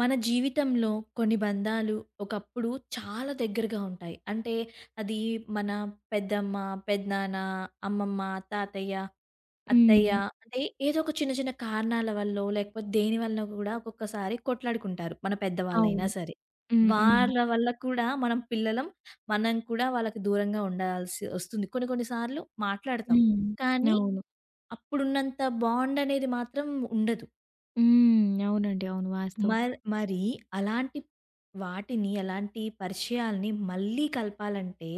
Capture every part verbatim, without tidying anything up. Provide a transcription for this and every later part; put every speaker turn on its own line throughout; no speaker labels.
మన జీవితంలో కొన్ని బంధాలు ఒకప్పుడు చాలా దగ్గరగా ఉంటాయి. అంటే అది మన పెద్దమ్మ, పెదనాన్న, అమ్మమ్మ, తాతయ్య, అత్తయ్య
హ్మ్.
అంటే ఏదో ఒక చిన్న చిన్న కారణాల వల్లో లేకపోతే దేని వల్ల కూడా ఒక్కొక్కసారి కొట్లాడుకుంటారు. మన పెద్దవాళ్ళైనా
అవును.
సరే.
హ్మ్. హ్మ్.
వాళ్ళ వల్ల కూడా మనం పిల్లలం. మనం కూడా వాళ్ళకి దూరంగా ఉండాల్సి వస్తుంది. కొన్ని కొన్ని సార్లు మాట్లాడతాం.
హ్మ్.
కానీ
అవును.
అప్పుడున్నంత బాండ్ అనేది మాత్రం ఉండదు.
హ్మ్. అవునండి. అవును. వాస్తవం.
మర్ మరి అలాంటి వాటిని, అలాంటి పరిచయాల్ని మళ్ళీ కలపాలంటే,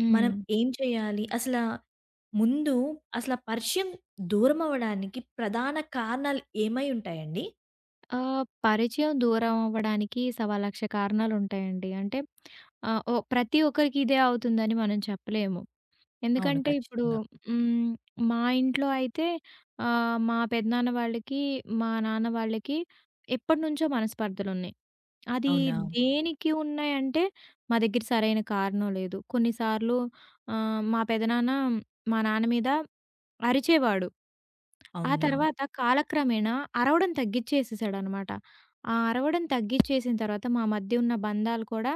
హ్మ్.
మనం ఏం చేయాలి? అసలా ముందు అసల పరిచయం దూరమవ్వడానికి ప్రధాన కారణాలు ఏమై ఉంటాయండి?
ఆహ్, పరిచయం దూరం అవ్వడానికి సవాలక్ష కారణాలుంటాయండి. అంటే ఆహ్, ఓ ప్రతి ఒక్కరికి ఇదే అవుతుందని మనం చెప్పలేము.
అవును.
ఎందుకంటే ఇప్పుడు
ఖచ్చితంగా.
హ్మ్. మా ఇంట్లో అయితే ఆహ్, మా పెదనాన్న వాళ్ళకి, మా నాన్న వాళ్ళకి ఎప్పటినుంచో మనస్పర్ధలున్నాయి. అది
అవునా?
దేనికి ఉన్నాయంటే, మా దగ్గర సరైన కారణం లేదు. కొన్నిసార్లు ఆహ్, మా పెదనాన్న మా నాన్న మీద అరిచేవాడు. ఆ
అవునా?
తర్వాత కాలక్రమేణా అరవడం తగ్గిచ్చేసేసాడనమాట. ఆ అరవడం తగ్గిచ్చేసిన తర్వాత మా మధ్య ఉన్న బంధాలు కూడా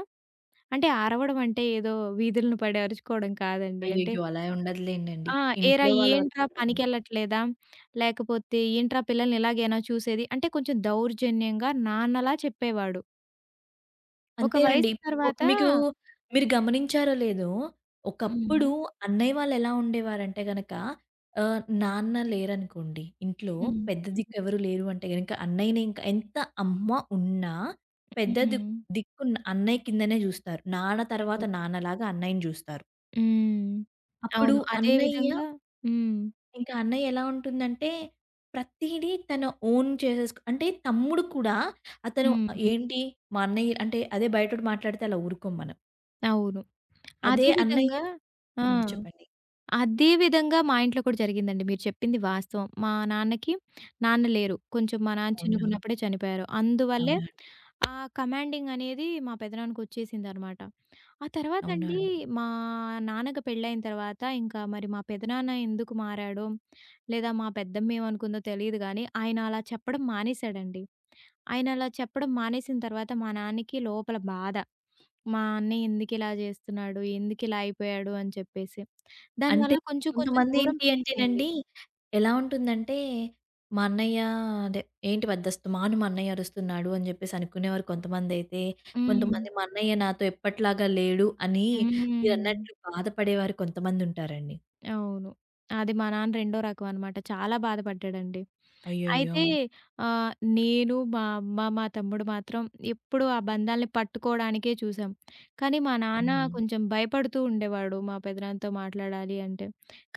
అంటే అరవడం అంటే ఏదో వీధులను పడి అరుచుకోవడం కాదండి. అంటే
అయ్యయ్యో! అలా ఉండదులేండండి.
ఆ! "ఏరా
ఇంట్లో వాళ్ళ
ఏంట్రా
వరకు
పనికెళ్ళట్లేదా?" లేకపోతే "ఏంట్రా పిల్లల్ని ఇలాగేనా చూసేది?" అంటే కొంచెం దౌర్జన్యంగా నాన్నలా చెప్పేవాడు. ఒక వయసు
అంతేనండి. ఒ
తర్వాత
మీకు మీరు గమనించారో లేదో,
హ్మ్.
ఒకప్పుడు అన్నయ్య వాళ్ళు ఎలా ఉండేవారంటే గనక ఆహ్, నాన్న లేరనుకోండి ఇంట్లో,
హ్మ్.
పెద్ద దిక్కు ఎవరు లేరు అంటే గనక అన్నయ్యని ఇంకా ఎంత అమ్మ ఉన్నా
హ్మ్.
పెద్ద దిక్
హ్మ్.
దిక్కు అన్నయ్య కిందనే జూస్తారు. నాన్న తర్వాత
అవును.
నాన్నలాగా అన్నయ్యని జూస్తారు.
హ్మ్.
అప్పుడు
అవును. అదే
అన్నయ్య
విధంగా హ్మ్.
ఇంకా అన్నయ్య ఎలా ఉంటుందంటే ప్రతీదీ తన ఓన్ చేసేసుకు అంటే తమ్ముడు కూడా అతను
హ్మ్.
ఏంటి మా అన్నయ్య అంటే అదే బయటోడు మాట్లాడితే అలా ఊరుకోం మనం.
అవును.
అదే
అదే
అన్నయ్య
విధంగా ఆ!
హ్మ్. చెప్పండి.
అదే విధంగా మా ఇంట్లో కూడా జరిగిందండి. మీరు చెప్పింది వాస్తవం. మా నాన్నకి నాన్న లేరు. కొంచెం మా నాన్న
అవునా?
చిన్నగున్నప్పుడే చనిపోయారు. అందువల్లే
అవునా అండి?
ఆ కమాండింగ్ అనేది మా పెదనాన్నకొచ్చేసిందనమాట. ఆ
అవునా
తర్వాతండి
అండి?
మా నాన్నకి పెళ్ళైన తర్వాత ఇంకా మరి మా పెదనాన్న ఎందుకు మారాడో, లేదా మా పెద్దమ్మేమనుకుందో తెలీదు గానీ, ఆయన అలా చెప్పడం మానేశాడండి. ఆయన అలా చెప్పడం మానేసిన తర్వాత మా నాన్నకి లోపల బాధ. మా అన్నయ్య ఎందుకిలా జేస్తున్నాడు? ఎందుకిలా అయిపోయాడు? అని చెప్పేసి.
అంటే
దానివల్ల కొంచెం కొంచెం
కొంతమంది
దూరం
ఏంటి
పెరిగిపోయింది.
అంటేనండి, ఎలా ఉంటుందంటే, మా అన్నయ్య అదే ఏంటి పెద్దస్తమాను మా అన్నయ్య అరుస్తున్నాడు అని జెప్పేసి అనుకునేవారు కొంతమందైతే.
హ్మ్.
కొంతమంది మా అన్నయ్య నాతో ఎప్పటిలాగా లేడు అని
హ్మ్.
మీరన్నట్లు బాధపడేవారు కొంతమందుంటారండి.
అవును. అది మా నాన్న రెండో రకం అనమాట. చాలా బాధపడ్డాడండి.
అయ్యయ్యో!
అయితే ఆహ్, నేను, మా అమ్మ, మా తమ్ముడు మాత్రం ఎప్పుడూ ఆ బంధాల్ని పట్టుకోవడానికే చూసాం. కానీ మా నాన్న
అవునా?
కొంచెం భయపడుతూ ఉండేవాడు మా పెదనాన్నతో మాట్లాడాలి అంటే.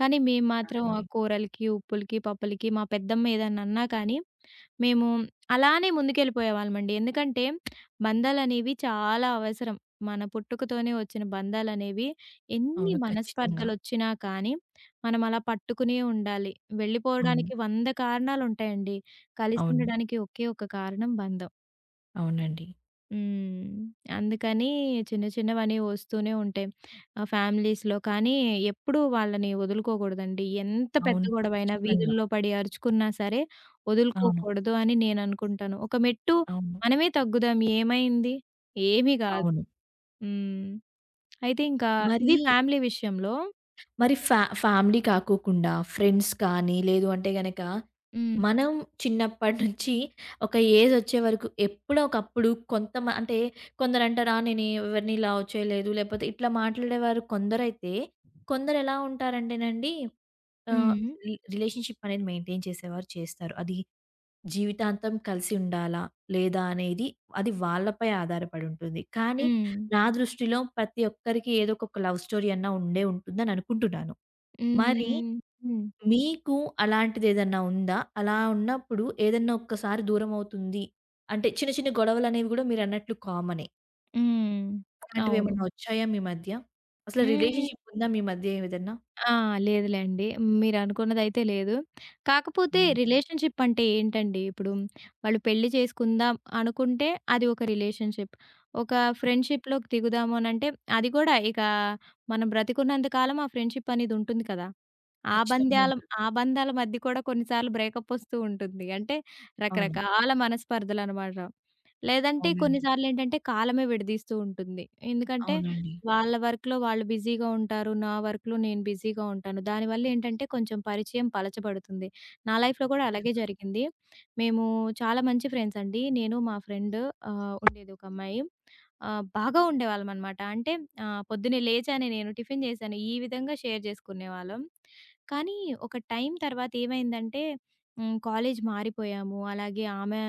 కానీ మేము
అవునా
మాత్రం ఆ
అండి?
కూరలకి, ఉప్పులకి, పప్పులకి మా పెద్దమ్మ ఏదన్నా అన్నా కానీ మేము అలానే ముందుకెళ్ళిపోయేవాళ్ళమండి. ఎందుకంటే, బంధాలనేవి చాలా అవసరం. మన పుట్టుకతోనే వచ్చిన బంధాలనేవి ఎన్ని
అవును. ఖచ్చితంగా.
మనస్పర్ధలొచ్చినా కానీ, మనం అలా పట్టుకునే ఉండాలి.
అవును.
వెళ్ళిపోవడానికి వంద కారణాలుంటాయండి.
అవును.
కలిసుండడానికి ఒకే ఒక కారణం బంధం.
అవునండి.
హ్మ్. అందుకని చిన్న చిన్నవన్నీ వస్తూనే ఉంటాయి. ఆహ్, ఫ్యామిలీస్‌లో కానీ ఎప్పుడూ వాళ్ళని వదులుకోకూడదండి. ఎంత పెద్ద
అవును.
గొడవైనా
ఖచ్చితంగా.
వీధుల్లో పడి అరుచుకున్నా సరే
అవును.
వదులుకోకూడదు అని నేననుకుంటాను. ఒక మెట్టు
అవును.
మనమే తగ్గుదాం ఏమైంది? ఏమీ గాదు.
అవును.
హ్మ్. అయితే ఇంకా ఇది
మరి
ఫ్యామిలీ విషయంలో
మరి ఫ్యా ఫ్యామిలీ కాకోకుండా ఫ్రెండ్స్ కానీ లేదు అంటే గనక,
హ్మ్.
మనం చిన్నప్పటి నుంచి ఒక ఏజ్ వచ్చే వరకు ఎప్పుడో ఒకప్పుడు కొంతమ అంటే కొందరంటారు, "ఆ! నేను ఎవరిని లవ్ చేయలేదు." లేపోతే ఇట్లా మాట్లాడేవారు కొందరైతే, కొందరు ఎలా ఉంటారంటేనండి ఆహ్,
హ్మ్.
రి రిలేషన్‌షిప్ అనేది మెయింటైన్ చేసేవారు చేస్తారు. అది జీవితాంతం కలిసి ఉండాలా? లేదా? అనేది అది వాళ్ళపై ఆధారపడి ఉంటుంది. కానీ
హ్మ్.
నా దృష్టిలో ప్రతి ఒక్కరికి ఏదో ఒక లవ్ స్టోరీ అన్నా ఉండే ఉంటుందని అనుకుంటున్నాను. మరి
హ్మ్. హ్మ్.
మీకు అలాంటిదేదన్నా ఉందా? అలా ఉన్నప్పుడు ఏదన్నా ఒక్కసారి దూరమవుతుంది. అంటే చిన్న చిన్న గొడవలనేవి గూడా మీరన్నట్లు కామనే.
హ్మ్. అవును.
అలాంటివేమన్నా వచ్చాయా మీ మధ్య? అసలు
హ్మ్.
రిలేషన్‌షిప్ ఉందా మీ మధ్య ఏదన్నా?
ఆ! లేదులేండి. మీరనుకున్నదైతే లేదు. కాకపోతే
అవునా?
రిలేషన్‌షిప్ అంటే ఏంటండి, ఇప్పుడు వాళ్ళు పెళ్లి చేసుకుందాం అనుకుంటే అది ఒక రిలేషన్‌షిప్. ఒక
అవును.
ఫ్రెండ్‌షిప్‌లోకి దిగుదాము అనంటే అది కూడా ఇక మనం బ్రతికున్నంత కాలం ఆ ఫ్రెండ్‌షిప్ అనేది ఉంటుంది కదా! ఆ
ఖచ్చితంగా
బంద్యాల
ఉంటుంది.
ఆ బంధాల మధ్య కూడా కొన్నిసార్లు బ్రేకప్ వస్తూ ఉంటుంది. అంటే
అవును.
రకరకాల మనస్పర్ధలనమాట. లేదంటే
అవునండి.
కొన్నిసార్లేంటంటే కాలమే విడదీస్తూ ఉంటుంది. ఎందుకంటే
అవునండి.
వాళ్ళ వర్క్‌లో వాళ్ళు బిజీగా ఉంటారు. నా వర్క్‌లో నేను బిజీగా ఉంటాను. దానివల్లేంటంటే కొంచెం పరిచయం పలచబడుతుంది. నా లైఫ్‌లో కూడా అలాగే జరిగింది. మేము చాలా మంచి ఫ్రెండ్స్ అండి. నేను మా ఫ్రెండ్ ఆహ్, ఉండేది ఒక అమ్మాయి. ఆహ్, బాగా ఉండేవాళ్ళమనమాట. అంటే ఆహ్, పొద్దున్నే లేచాను నేను, టిఫిన్ చేశాను. ఈ విధంగా షేర్ చేసుకునేవాళ్ళం. కానీ ఒక టైం తర్వాత ఏమైందంటే హ్మ్, కాలేజ్ మారిపోయాము. అలాగే ఆమె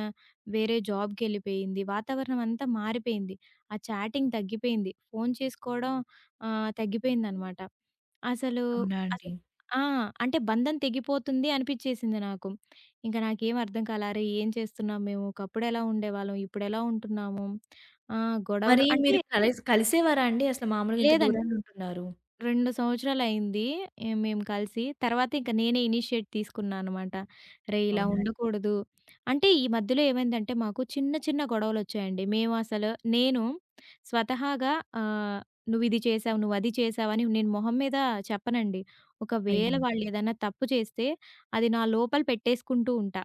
వేరే జాబ్‌కెళ్ళిపోయింది. వాతావరణం అంతా మారిపోయింది. ఆ చాటింగ్ తగ్గిపోయింది. ఫోను చేసుకోవడం ఆహ్, తగ్గిపోయిందనమాట. అసలు
అవునా అండి?
అసలు ఆ! అంటే బంధం తెగిపోతుంది అనిపిచ్చేసింది నాకు. ఇంక నాకేం అర్థం కాలే. అరే! ఏం చేస్తున్నాం మేము? ఒకప్పుడెలా ఉండేవాళ్ళం? ఇప్పుడెలా ఉంటున్నాము? ఆ! గొడవలు
మరి
అంటే
మీరు కలిసి కలిసేవారా అండి? అసలు మామూలుగా ఇంత
లేదండి.
దూరానుంటున్నారు.
రెండు సంవత్సరాలయింది. ఆహ్, మేము కలిసి. తర్వాత ఇంక నేనే ఇనిషియేట్ తీసుకున్నా అనమాట. "రేయ్! ఇలా
అవునా?
ఉండకూడదు." అంటే ఈ మధ్యలో ఏమైందంటే మాకు చిన్న చిన్న గొడవలొచ్చాయండి. మేము అసలు నేను స్వతహాగా ఆహ్, "నువ్విది చేశావు, నువ్వది చేశావు" అని నేను మొహం మీద చెప్పనండి. ఒకవేళ
అయ్యో!
వాళ్ళేదన్నా తప్పు చేస్తే అది నా లోపల పెట్టేసుకుంటూ ఉంటా.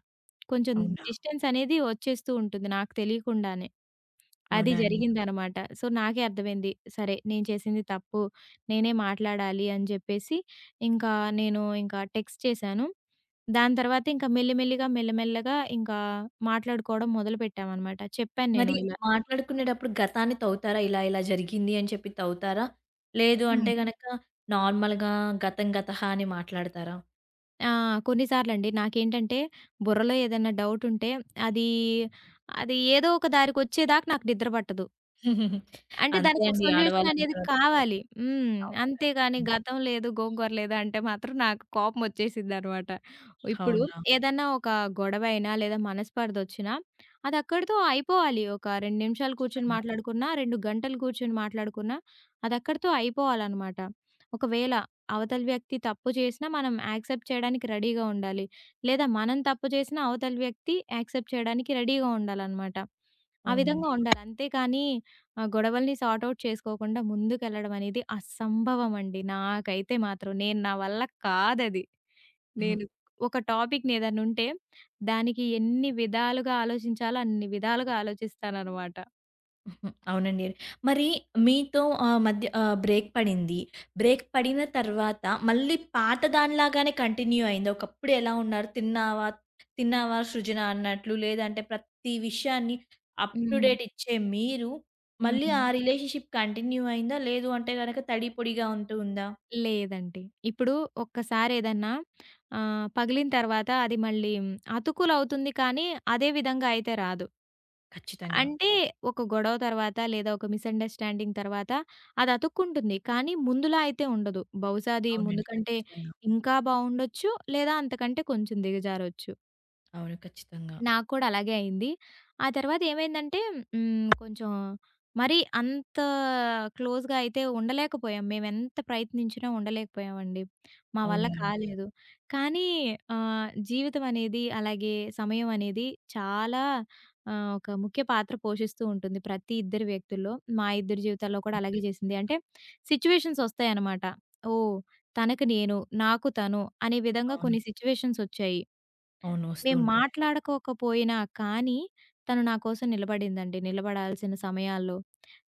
కొంచెం
అవునా?
డిస్టెన్స్ అనేది వచ్చేస్తూ ఉంటుంది నాకు తెలియకుండానే. అది
అవునా అండి?
జరిగిందనమాట. సో, నాకే అర్థమైంది. సరే నేను చేసింది తప్పు. నేనే మాట్లాడాలి అని జెప్పేసి ఇంకా నేను ఇంకా టెక్స్ట్ చేశాను. దాని తర్వాత ఇంకా మెల్లిమెల్లిగా, మెల్లమెల్లగా ఇంకా మాట్లాడుకోవడం మొదలుపెట్టామనమాట. చెప్పాను నేను
మరి
ఇలా.
మాట్లాడుకునేటప్పుడు గతాన్ని తవ్వుతారా? ఇలా ఇలా జరిగింది అని చెప్పి తవ్వుతారా? లేదు
హ్మ్.
అంటే గనక నార్మల్‌గా గతం గతహ అని మాట్లాడతారా?
ఆ! కొన్నిసార్లండి నాకేంటంటే బుర్రలో ఏదైనా డౌటుంటే అది అది ఏదో ఒక దారికొచ్చేదాకా నాకు నిద్ర పట్టదు. అంటే
అంతే
దానికొక
అండి.
సొల్యూషన్
ఆడవాళ్ళన్న
అనేది
తర్వాత అంతే.
కావాలి. హ్మ్.
అవును.
అంతేగాని
ఖచ్చితంగా.
గతం లేదు, గోంగూర లేదు అంటే మాత్రం నాకు కోపమొచ్చేసిద్దనమాట. ఇప్పుడు
అవును.
ఏదన్నా ఒక గొడవైనా లేదా మనస్పర్ధొచ్చినా అదక్కడితో అయిపోవాలి. ఒక రెండు నిమిషాలు కూర్చొని
ఖచ్చితంగా.
మాట్లాడుకున్నా, రెండు గంటలు కూర్చొని మాట్లాడుకున్నా అదక్కడితో అయిపోవాలనమాట. ఒకవేళ అవతలి వ్యక్తి తప్పు చేసినా మనం యాక్సెప్ట్ చేయడానికి రెడీగా ఉండాలి. లేదా మనం తప్పు చేసినా అవతలి వ్యక్తి యాక్సెప్ట్ చేయడానికి రెడీగా ఉండాలనమాట. ఆ విధంగా
అవునండి.
ఉండాలి. అంతేకానీ ఆ గొడవల్ని సార్ట్ ఔట్ చేసుకోకుండా ముందుకెళ్ళడం అనేది అసంభవం అండి. నాకైతే మాత్రం నేను నా వల్ల కాదది.
అవును.
నేను ఒక టాపిక్‌ని ఏదైనా ఉంటే దానికి ఎన్ని విధాలుగా ఆలోచించాలో అన్ని విధాలుగా ఆలోచిస్తాననమాట.
హ్మ్. అవునండి. మరి మీతో ఆహ్, మధ్య ఆహ్, బ్రేక్ పడింది. బ్రేక్ పడిన తర్వాత మళ్ళీ పాత దానిలాగానే కంటిన్యూ అయిందా? ఒకప్పుడు ఎలా ఉన్నారు? తిన్నావా? తిన్నావా సృజన అన్నట్లు లేదంటే ప్రతి విషయాన్ని అప్ టు
హ్మ్.
డేట్ ఇచ్చే మీరు మళ్ళీ
హ్మ్.
ఆ రిలేషన్‌షిప్ కంటిన్యూ అయిందా? లేదు అంటే గనక తడి పొడిగా ఉంటూ ఉందా?
లేదండి. ఇప్పుడు ఒక్కసారి ఏదన్నా ఆహ్, పగిలిన తర్వాత అది మళ్ళీ అతుకులవుతుంది కానీ అదే విధంగా అయితే రాదు.
ఖచ్చితంగా.
అంటే ఒక గొడవ తర్వాత లేదా ఒక మిస్‌అండర్‌స్టాండింగ్ తర్వాత అది అతుక్కుంటుంది. కానీ ముందులా అయితే ఉండదు. బహుశా అది ముందు
అవునండి.
కంటే
ఖచ్చితంగా.
ఇంకా బావుండొచ్చు. లేదా అంతకంటే కొంచెం దిగజారొచ్చు.
అవును. ఖచ్చితంగా.
నాకు కూడా అలాగే అయింది. ఆ తర్వాత ఏమైందంటే హ్మ్. కొంచెం మరి అంత క్లోజ్‌గా అయితే ఉండలేకపోయాం. మేమెంత ప్రయత్నించినా ఉండలేకపోయామండి. మా వల్ల
అవునా అండి.
కాలేదు. కానీ ఆహ్, జీవితం అనేది అలాగే సమయం అనేది చాలా ఆహ్, ఒక ముఖ్య పాత్ర పోషిస్తూ ఉంటుంది ప్రతి ఇద్దరి వ్యక్తుల్లో. మా ఇద్దరి జీవితాల్లో కూడా
అవును.
అలాగే చేసింది. అంటే
ఖచ్చితంగా.
సిట్యుయేషన్స్ వస్తాయన్నమాట. ఓహ్! తనకు నేను, నాకు తను అనే విధంగా
అవును.
కొన్ని సిట్యుయేషన్స్ వచ్చాయి.
అవును. వస్తూ
మేము
ఉంటాయండి.
మాట్లాడుకోకపోయినా కానీ, తను నా కోసం నిలబడిందండి. నిలబడాల్సిన సమయాల్లో.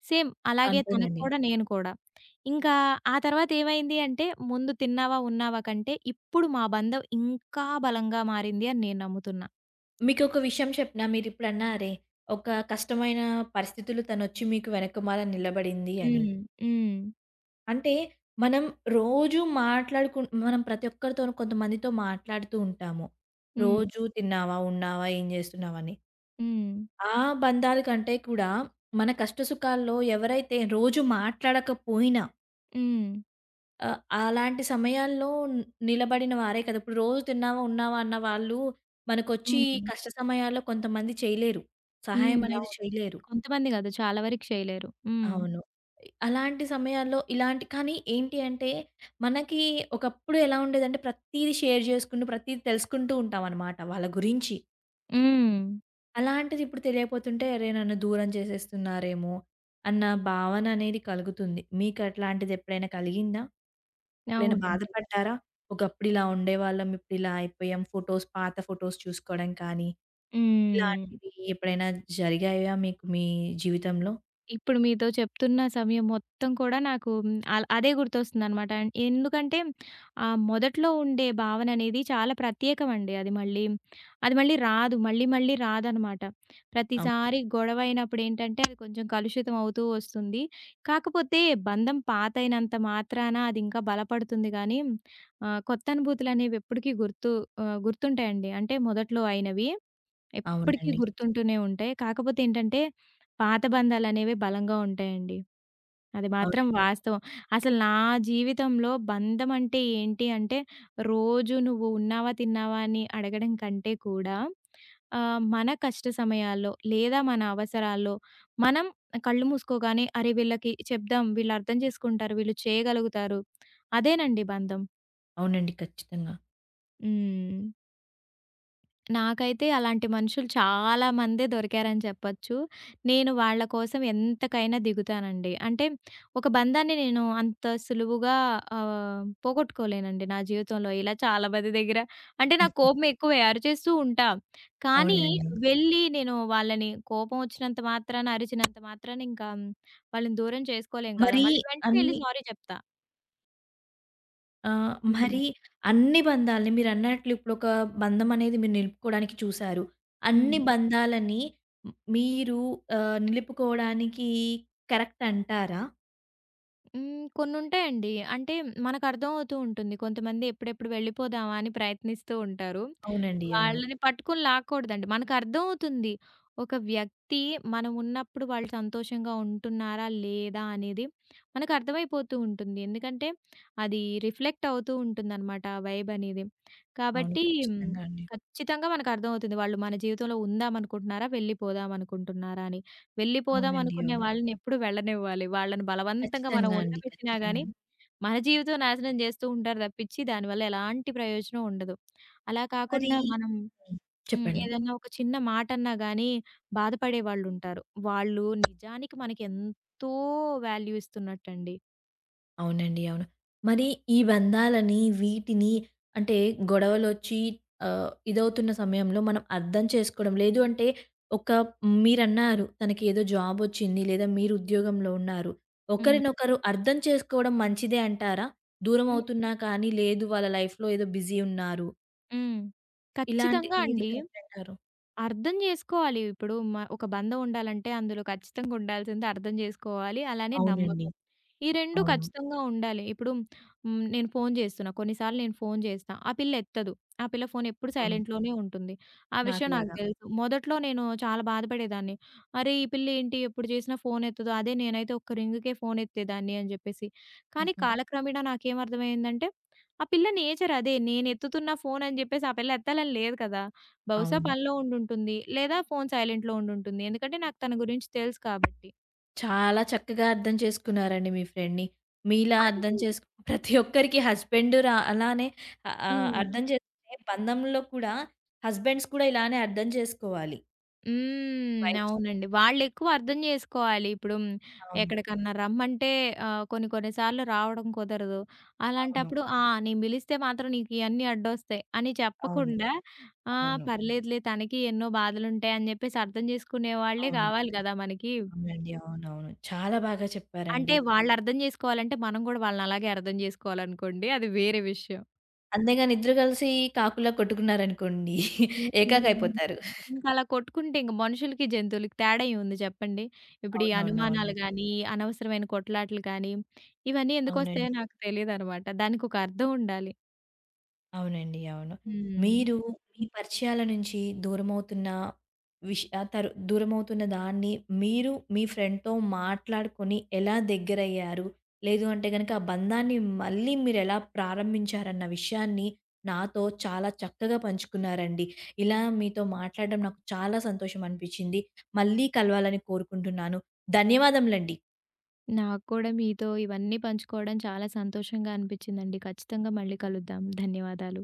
సేమ్ అలాగే తనకు
అంతేనండి.
కూడా, నేను కూడా. ఇంకా ఆ తర్వాత ఏమైంది అంటే, ముందు తిన్నావా, ఉన్నావా కంటే, ఇప్పుడు మా బంధం ఇంకా బలంగా మారింది అని నేను నమ్ముతున్నా.
మీకొక విషయం చెప్పనా? మీరిప్పుడన్నారే, ఒక కష్టమైన పరిస్థితులు తనొచ్చి మీకు వెనకమాల నిలబడింది అని.
హ్మ్. హ్మ్.
అంటే, మనం రోజూ మాట్లాడుకుం మనం ప్రతి ఒక్కరితోనూ కొంతమందితో మాట్లాడుతూ ఉంటాము.
హ్మ్.
రోజూ తిన్నావా? ఉన్నావా? ఏం జేస్తున్నావని.
హ్మ్.
ఆ బంధాల కంటే కూడా, మన కష్టసుఖాల్లో ఎవరైతే రోజు మాట్లాడకపోయినా
హ్మ్.
ఆ! అలాంటి సమయాల్లో న్- నిలబడిన వారే కదా! ఇప్పుడు రోజు తిన్నావా, ఉన్నావా అన్న వాళ్ళు మనకొచ్చి ఈ
హ్మ్.
కష్ట సమయాల్లో కొంతమంది చేయలేరు.
హ్మ్.
సహాయం అనేది
అవును.
చేయలేరు.
కొంతమంది కాదు. చాలా వరకు చేయలేరు. హ్మ్.
అవును. అలాంటి సమయాల్లో ఇలాంటి కానీ ఏంటి అంటే మనకి ఒకప్పుడు ఎలా ఉండేదంటే ప్రతీది షేర్ చేసుకుంటూ, ప్రతీది తెలుసుకుంటూ ఉంటామనమాట వాళ్ళ గురించి.
హ్మ్.
అలాంటిది ఇప్పుడు తెలియపోతుంటే అరే! నన్ను దూరం చేసేస్తున్నారేమో అన్న భావన అనేది కలుగుతుంది. మీకు అట్లాంటిది ఎప్పుడైనా కలిగిందా? ఎప్పుడైనా
అవునండి.
బాధపడ్డారా? ఒకప్పుడిలా ఉండేవాళ్ళం, ఇప్పుడిలా అయిపోయాం. ఫోటోస్ పాత ఫోటోస్ చూసుకోవడం కానీ,
హ్మ్.
ఇలాంటివి ఎప్పుడైనా జరిగాయా మీకు మీ జీవితంలో?
ఇప్పుడు మీతో చెప్తున్న సమయం మొత్తం కూడా నాకు హ్మ్, అల్ అదే గుర్తొస్తుందనమాట. ఎందుకంటే ఆహ్, మొదట్లో ఉండే భావన అనేది చాలా ప్రత్యేకమండి. అది మళ్ళీ, అది మళ్ళీ రాదు. మళ్ళీ, మళ్ళీ రాదనమాట.
అవు
ప్రతిసారి గొడవ అయినప్పుడు ఏంటంటే అది కొంచెం కలుషితం అవుతూ వస్తుంది. కాకపోతే బంధం పాతయినంత మాత్రాన అది ఇంకా బలపడుతుంది గానీ ఆహ్, కొత్త అనుభూతులనేవి ఎప్పటికీ గుర్తు ఆహ్, గుర్తుంటాయండి. అంటే మొదట్లో అయినవి. ఎప్పటికీ
అవునండి.
గుర్తుంటూనే ఉంటాయి. కాకపోతే ఏంటంటే, పాత బంధాలనేవి బలంగా ఉంటాయండి. అది మాత్రం
అవునండి.
వాస్తవం. అసలు నా జీవితంలో బంధం అంటే ఏంటి అంటే, రోజు నువ్వు ఉన్నావా? తిన్నావా? అని అడగడం కంటే కూడా ఆహ్, మన కష్ట సమయాల్లో లేదా మన అవసరాల్లో మనం కళ్ళు మూసుకోగానే, అరే! వీళ్ళకి చెప్దాం. వీళ్ళు అర్థం చేసుకుంటారు. వీళ్ళు చేయగలుగుతారు. అదేనండి బంధం.
అవునండి. ఖచ్చితంగా.
హ్మ్. నాకైతే అలాంటి మనుషులు చాలా మందే దొరికారని చెప్పొచ్చు. నేను వాళ్ళ కోసం ఎంతకైనా దిగుతానండి. అంటే ఒక బంధాన్ని నేను అంత సులువుగా ఆహ్, పోగొట్టుకోలేనండి నా జీవితంలో. ఇలా చాలా మంది దగ్గర అంటే నాకు
హుహు.
కోపం ఎక్కువే అరిచేస్తూ ఉంటా. కానీ
అవునండి.
వెళ్ళి నేను వాళ్ళని కోపం వచ్చినంత మాత్రాన, అరిచినంత మాత్రాన ఇంకా వాళ్ళని దూరం చేసుకోలేం కదా!
మరి
మళ్ళీ వెంటనే ఎళ్లి
అన్ని
సారీ చెప్తా.
ఆహ్,
హ్మ్.
మరి అన్ని బంధాలని మీరన్నట్లు ఇప్పుడొక బంధం అనేది మీరు నిలుపుకోవడానికి చూసారు.
హ్మ్.
అన్ని బంధాలని మ్ మీరు ఆహ్, నిలుపుకోవడానికి కరెక్ట్ అంటారా?
హ్మ్. కొన్నుంటాయండి. అంటే మనకర్థమవుతూ ఉంటుంది. కొంతమంది ఎప్పుడెప్పుడు వెళ్ళిపోదామా అని ప్రయత్నిస్తూ ఉంటారు.
అవునండి. అవును.
వాళ్ళని పట్టుకొని లాక్కూడదండి. మనకర్థమవుతుంది. ఒక వ్యక్తి మనమున్నప్పుడు వాళ్ళు సంతోషంగా ఉంటున్నారా? లేదా? అనేది మనకర్థమైపోతూ ఉంటుంది. ఎందుకంటే అది రిఫ్లెక్ట్ అవుతూ ఉంటుందనమాట ఆ వైబ్ అనేది.
అవును.
కాబట్టి మ్,
ఖచ్చితంగా అండి.
ఖచ్చితంగా మనకర్థమవుతుంది. వాళ్ళు మన జీవితంలో ఉందామనుకుంటున్నారా? వెళ్ళిపోదామనుకుంటున్నారా అని. వెళ్ళిపోదాం
అవునండి.
అనుకునే
అవును.
వాళ్ళని ఎప్పుడు వెళ్ళనివ్వాలి. వాళ్ళని బలవంతంగా మనం
ఖచ్చితంగా అండి.
ఉండబెట్టినా గాని,
ఖచ్చితంగా.
మన జీవితం నాశనం జేస్తూ ఉంటారు తప్పించి, దానివల్ల ఎలాంటి ప్రయోజనం ఉండదు. అలా
మరి
కాకుండా మనం
హ్మ్.
హ్మ్.
చెప్పండి.
ఏదన్నా ఒక చిన్న మాటన్నా గాని బాధపడే వాళ్ళుంటారు. వాళ్ళు నిజానికి మనకి ఎంతో వాల్యూ ఇస్తున్నట్టండి.
అవునండి. అవును. మరి ఈ బంధాలని, వీటిని అంటే గొడవలొచ్చి ఆహ్, ఇదవుతున్న సమయంలో మనం అర్థం చేసుకోవడం లేదు అంటే ఒక మీరన్నారు తనకి ఏదో జాబొచ్చింది లేదా మీరు ఉద్యోగంలో ఉన్నారు.
హ్మ్.
ఒకరినొకరు అర్థం చేసుకోవడం మంచిదే అంటారా?
హ్మ్.
దూరమవుతున్నా కానీ లేదు వాళ్ళ లైఫ్‌లో ఏదో బిజీ ఉన్నారు.
హ్మ్.
ఇలాంటి
ఖచ్చితంగా
ఏది
అండి.
కరెక్ట్ అంటారు?
అర్థం జేసుకోవాలి. ఇప్పుడు మ ఒక బంధం ఉండాలంటే అందులో ఖచ్చితంగా ఉండాల్సింది అర్థం జేసుకోవాలి. అలానే నమ్మకం.
అవునండి.
ఈ రెండు
అవును.
ఖచ్చితంగా ఉండాలి. ఇప్పుడు హ్మ్, నేను ఫోను జేస్తున్నా. కొన్నిసార్లు నేను ఫోను జేస్తా. ఆ పిల్ల ఎత్తదు. ఆ పిల్ల ఫోను ఎప్పుడు
అవును.
సైలెంట్‌లోనే ఉంటుంది. ఆ విషయం నాకు
నాకులాగా.
తెలుసు. మొదట్లో నేను చాలా బాధపడేదాన్ని. అరే! ఈ పిల్ల ఏంటి ఎప్పుడు జేసినా ఫోను ఎత్తదు. అదే నేనైతే ఒక్క రింగ్‌కే ఫోను ఎత్తేదాన్ని అని జెప్పేసి. కానీ
హుహు.
కాలక్రమేణా నాకేం అర్థమయ్యిందంటే, ఆ పిల్ల నేచర్ అదే. నేను ఎత్తుతున్న ఫోను అని జెప్పేసి ఆ పిల్ల ఎత్తాలని లేదు కదా! బహుశా
అవును.
పనిలో ఉండుంటుంది. లేదా ఫోను సైలెంట్‌లో ఉండుంటుంది. ఎందుకంటే నాకు తన గురించి తెలుసు కాబట్టి.
చాలా చక్కగా అర్థం చేసుకున్నారండి మీ ఫ్రెండ్‌ని. మీలా అర్థం
అంటే
చేసుకు ప్రతి ఒక్కరికి హస్బెండు రా అలానే ఆహ్, ఆహ్,
హ్మ్.
అర్థం చేసుకునే బంధంలో కూడా హస్బెండ్స్ కూడా ఇలానే అర్థం చేసుకోవాలి.
హ్మ్.
వైఫ్స్‌ని.
అవునండి. వాళ్ళెక్కువ అర్థం జేసుకోవాలి. ఇప్పుడు హ్మ్,
అవును.
ఎక్కడికన్నా రమ్మంటే ఆహ్, కొన్ని కొన్ని సార్లు రావడం కుదరదు.
అవును.
అలాంటప్పుడు ఆ! నేను పిలిస్తే మాత్రం నీకు ఇయన్నీ అడ్డొస్తాయి అని
అవును.
చెప్పకుండా ఆ!
అవును.
పర్లేదులే తనకి ఎన్నో బాధలుంటాయి అని జెప్పేసి అర్థం జేసుకునే వాళ్ళే
అవును.
గావాలి గదా! మనకి.
అవునండి. అవునవును. చాలా బాగా
అంటే
చెప్పారండి.
వాళ్ళర్థం జేసుకోవాలంటే మనం గూడా వాళ్ళని అలాగే అర్థం జేసుకోవాలనుకోండి. అది వేరే విషయం.
అంతేగాని ఇద్దరు కలిసి కాకులా కొట్టుకున్నారనుకోండి
హ్మ్.
ఏకాకైపోతారు.
ఇంకలా కొట్టుకుంటే ఇంక మనుషులకి, జంతువులకి తేడా ఏముంది చెప్పండి? ఇప్పుడు ఈ అనుమానాలు
అవునవునవునండి.
గానీ, అనవసరమైన కొట్లాటలు కానీ, ఇవన్నీ ఎందుకొస్తాయో
అవునండి.
నాకు తెలీదనమాట. దానికొక అర్థం ఉండాలి.
అవునండి. అవును.
హ్మ్.
మీరు మీ పరిచయాల నుంచి దూరమవుతున్న విష్ ఆహ్, తరు దూరమవుతున్న దాన్ని మీరు మీ ఫ్రెండ్‌తో మాట్లాడుకొని ఎలా దగ్గరయ్యారు? లేదు అంటే గనక ఆ బంధాన్ని మళ్ళీ మీరెలా ప్రారంభించారన్న విషయాన్ని నాతో చాలా చక్కగా పంచుకున్నారండి. ఇలా మీతో మాట్లాడడం నాకు చాలా సంతోషం అనిపిచ్చింది. మళ్ళీ కలవాలని కోరుకుంటున్నాను. ధన్యవాదములండి.
నాకు కూడా మీతో ఇవన్నీ పంచుకోవడం చాలా సంతోషంగా అనిపిచ్చిందండి. ఖచ్చితంగా మళ్ళీ కలుద్దాం. ధన్యవాదాలు.